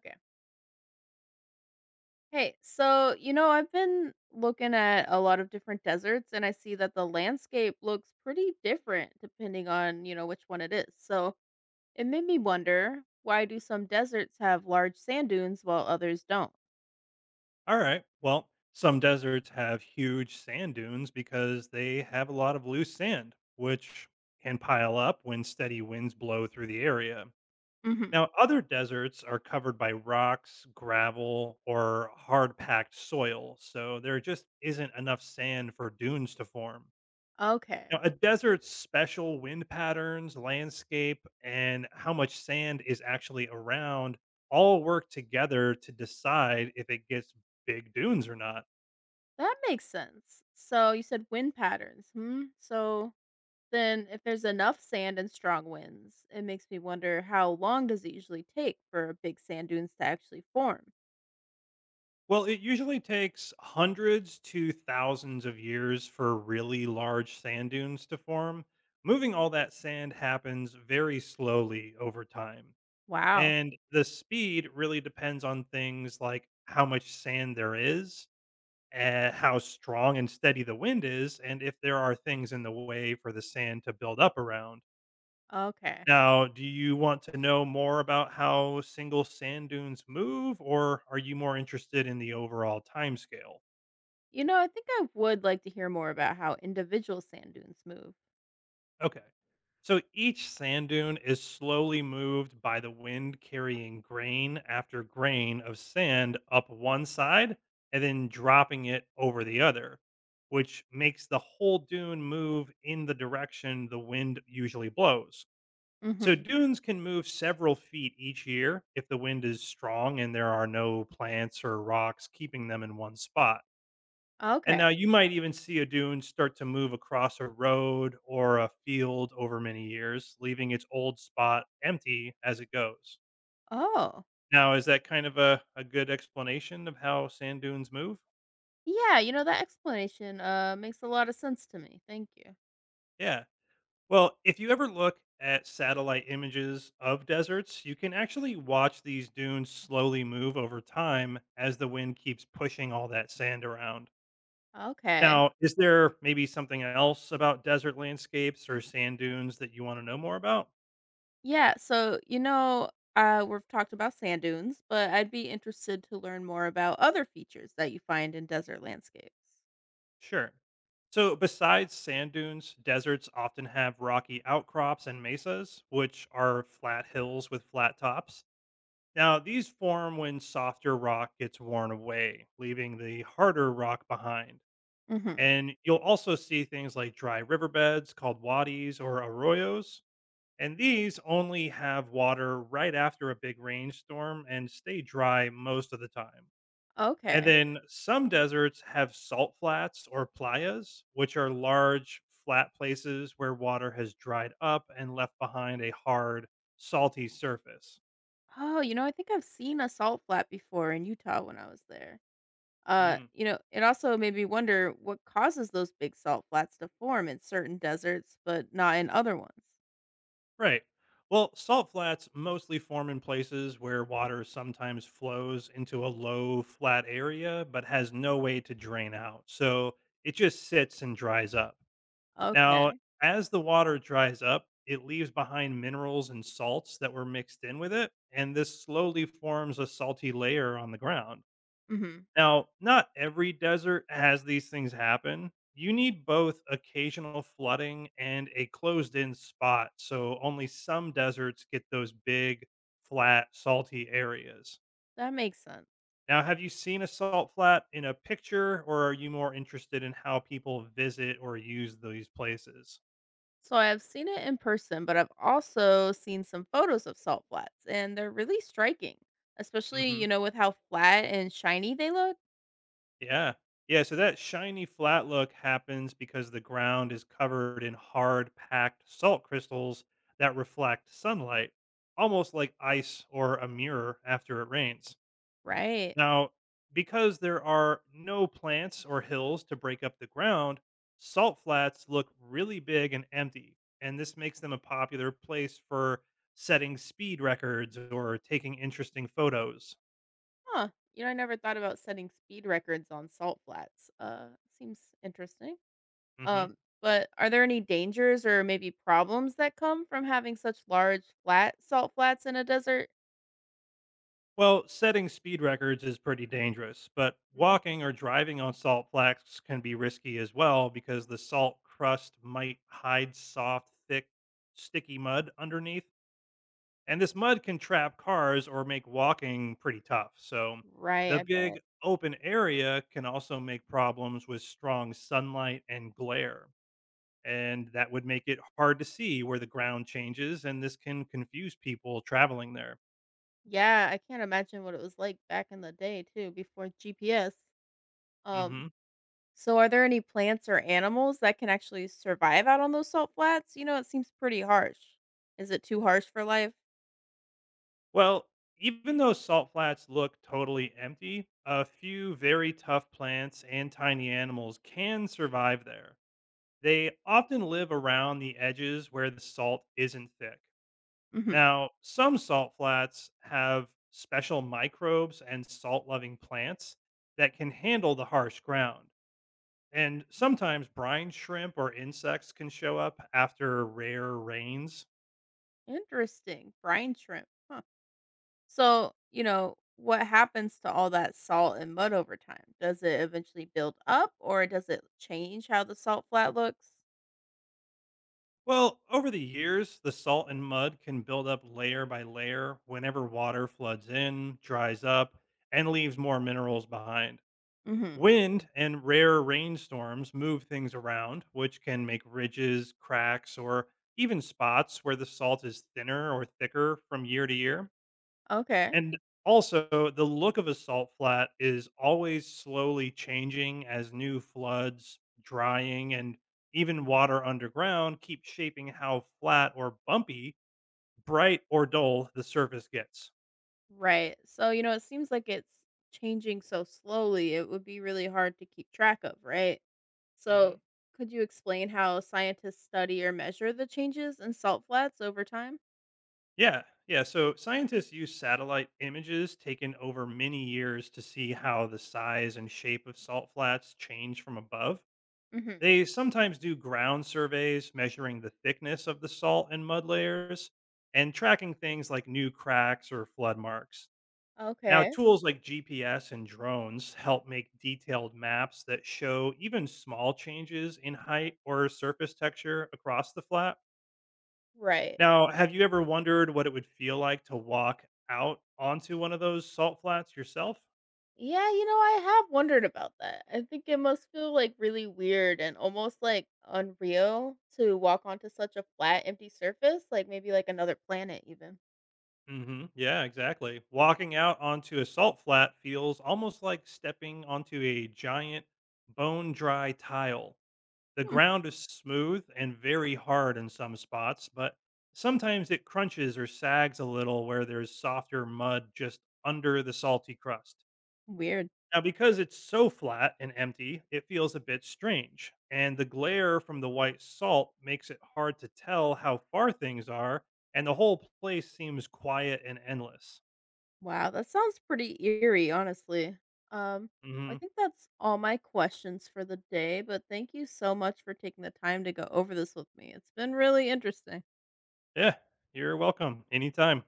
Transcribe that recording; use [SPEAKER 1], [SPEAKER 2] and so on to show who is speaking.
[SPEAKER 1] Okay. Hey, so, I've been looking at a lot of different deserts, and I see that the landscape looks pretty different depending on, which one it is. So it made me wonder, why do some deserts have large sand dunes while others don't?
[SPEAKER 2] All right. Well, some deserts have huge sand dunes because they have a lot of loose sand, which can pile up when steady winds blow through the area.
[SPEAKER 1] Hmm.
[SPEAKER 2] Now, other deserts are covered by rocks, gravel, or hard packed soil, so there just isn't enough sand for dunes to form.
[SPEAKER 1] Okay.
[SPEAKER 2] Now, a desert's special wind patterns, landscape, and how much sand is actually around all work together to decide if it gets big dunes or not.
[SPEAKER 1] That makes sense. So you said wind patterns. Hmm. So then if there's enough sand and strong winds, it makes me wonder, how long does it usually take for big sand dunes to actually form?
[SPEAKER 2] Well, it usually takes hundreds to thousands of years for really large sand dunes to form. Moving all that sand happens very slowly over time.
[SPEAKER 1] Wow.
[SPEAKER 2] And the speed really depends on things like how much sand there is, how strong and steady the wind is, and if there are things in the way for the sand to build up around.
[SPEAKER 1] Okay.
[SPEAKER 2] Now, do you want to know more about how single sand dunes move, or are you more interested in the overall timescale?
[SPEAKER 1] You know, I think I would like to hear more about how individual sand dunes move.
[SPEAKER 2] Okay. So each sand dune is slowly moved by the wind carrying grain after grain of sand up one side and then dropping it over the other, which makes the whole dune move in the direction the wind usually blows. So
[SPEAKER 1] Mhm.
[SPEAKER 2] dunes can move several feet each year if the wind is strong and there are no plants or rocks keeping them in one spot. And now
[SPEAKER 1] Okay.
[SPEAKER 2] you might even see a dune start to move across a road or a field over many years, leaving its old spot empty as it goes.
[SPEAKER 1] Oh.
[SPEAKER 2] Now, is that kind of a good explanation of how sand dunes move?
[SPEAKER 1] Yeah, you know, that explanation makes a lot of sense to me. Thank you.
[SPEAKER 2] Yeah. Well, if you ever look at satellite images of deserts, you can actually watch these dunes slowly move over time as the wind keeps pushing all that sand around.
[SPEAKER 1] Okay.
[SPEAKER 2] Now, is there maybe something else about desert landscapes or sand dunes that you want to know more about?
[SPEAKER 1] Yeah, so we've talked about sand dunes, but I'd be interested to learn more about other features that you find in desert landscapes.
[SPEAKER 2] Sure. So, besides sand dunes, deserts often have rocky outcrops and mesas, which are flat hills with flat tops. Now, these form when softer rock gets worn away, leaving the harder rock behind.
[SPEAKER 1] Mhm.
[SPEAKER 2] And you'll also see things like dry riverbeds called wadis or arroyos. And these only have water right after a big rainstorm and stay dry most of the time. And
[SPEAKER 1] Okay.
[SPEAKER 2] then some deserts have salt flats or playas, which are large, flat places where water has dried up and left behind a hard, salty surface.
[SPEAKER 1] Oh, you know, I think I've seen a salt flat before in Utah when I was there.
[SPEAKER 2] Mm.
[SPEAKER 1] You know, it also made me wonder, what causes those big salt flats to form in certain deserts but not in other ones?
[SPEAKER 2] Right. Well, salt flats mostly form in places where water sometimes flows into a low, flat area but has no way to drain out. So it just sits and dries up. Now,
[SPEAKER 1] Okay.
[SPEAKER 2] as the water dries up, it leaves behind minerals and salts that were mixed in with it, and this slowly forms a salty layer on the ground.
[SPEAKER 1] Hmm.
[SPEAKER 2] Now, not every desert has these things happen. You need both occasional flooding and a closed in spot, so only some deserts get those big, flat, salty areas.
[SPEAKER 1] That makes sense.
[SPEAKER 2] Now, have you seen a salt flat in a picture, or are you more interested in how people visit or use these places?
[SPEAKER 1] So I've seen it in person, but I've also seen some photos of salt flats, and they're really striking, especially,
[SPEAKER 2] Hmm.
[SPEAKER 1] you know, with how flat and shiny they look.
[SPEAKER 2] Yeah. Yeah, so that shiny flat look happens because the ground is covered in hard packed salt crystals that reflect sunlight, almost like ice or a mirror after it rains.
[SPEAKER 1] Right.
[SPEAKER 2] Now, because there are no plants or hills to break up the ground, salt flats look really big and empty, and this makes them a popular place for setting speed records or taking interesting photos.
[SPEAKER 1] Huh. You know, I never thought about setting speed records on salt flats. Seems interesting.
[SPEAKER 2] Mhm.
[SPEAKER 1] Um, but are there any dangers or maybe problems that come from having such large flat salt flats in a desert?
[SPEAKER 2] Well, setting speed records is pretty dangerous, but
[SPEAKER 1] Mhm.
[SPEAKER 2] walking or driving on salt flats can be risky as well because the salt crust might hide soft, thick, sticky mud underneath. And this mud can trap cars or make walking pretty tough. So
[SPEAKER 1] Right,
[SPEAKER 2] the
[SPEAKER 1] I bet.
[SPEAKER 2] big open area can also make problems with strong sunlight and glare. And that would make it hard to see where the ground changes, and this can confuse people traveling there.
[SPEAKER 1] Yeah, I can't imagine what it was like back in the day too, before GPS. Um,
[SPEAKER 2] Hmm.
[SPEAKER 1] so are there any plants or animals that can actually survive out on those salt flats? You know, it seems pretty harsh. Is it too harsh for life?
[SPEAKER 2] Well, even though salt flats look totally empty, a few very tough plants and tiny animals can survive there. They often live around the edges where the salt isn't thick.
[SPEAKER 1] Hmm.
[SPEAKER 2] Now, some salt flats have special microbes and salt loving plants that can handle the harsh ground. And sometimes brine shrimp or insects can show up after rare rains.
[SPEAKER 1] Interesting. Brine shrimp. Huh. So, you know, what happens to all that salt and mud over time? Does it eventually build up, or does it change how the salt flat looks?
[SPEAKER 2] Well, over the years, the salt and mud can build up layer by layer whenever water floods in, dries up, and leaves more minerals behind.
[SPEAKER 1] Mhm.
[SPEAKER 2] Wind and rare rainstorms move things around, which can make ridges, cracks, or even spots where the salt is thinner or thicker from year to year.
[SPEAKER 1] Okay.
[SPEAKER 2] And also, the look of a salt flat is always slowly changing as new floods, drying, and even water underground keep shaping how flat or bumpy, bright or dull the surface gets.
[SPEAKER 1] Right. So, you know, it seems like it's changing so slowly, it would be really hard to keep track of, right? So,
[SPEAKER 2] Hmm.
[SPEAKER 1] could you explain how scientists study or measure the changes in salt flats over time?
[SPEAKER 2] Yeah, yeah. So scientists use satellite images taken over many years to see how the size and shape of salt flats change from above.
[SPEAKER 1] Mhm.
[SPEAKER 2] They sometimes do ground surveys measuring the thickness of the salt and mud layers and tracking things like new cracks or flood marks. Now,
[SPEAKER 1] Okay.
[SPEAKER 2] tools like GPS and drones help make detailed maps that show even small changes in height or surface texture across the flat.
[SPEAKER 1] Right.
[SPEAKER 2] Now, have you ever wondered what it would feel like to walk out onto one of those salt flats yourself?
[SPEAKER 1] Yeah, you know, I have wondered about that. I think it must feel like really weird and almost like unreal to walk onto such a flat, empty surface, like maybe like another planet, even.
[SPEAKER 2] Hmm. Yeah, exactly. Walking out onto a salt flat feels almost like stepping onto a giant bone dry tile. The
[SPEAKER 1] Hmm,
[SPEAKER 2] ground is smooth and very hard in some spots, but sometimes it crunches or sags a little where there's softer mud just under the salty crust.
[SPEAKER 1] weird.
[SPEAKER 2] Now, because it's so flat and empty, it feels a bit strange, and the glare from the white salt makes it hard to tell how far things are and the whole place seems quiet and endless.
[SPEAKER 1] Wow, that sounds pretty eerie, honestly. Um, I
[SPEAKER 2] Mhm.
[SPEAKER 1] think that's all my questions for the day, but thank you so much for taking the time to go over this with me. It's been really interesting.
[SPEAKER 2] Yeah, you're welcome anytime.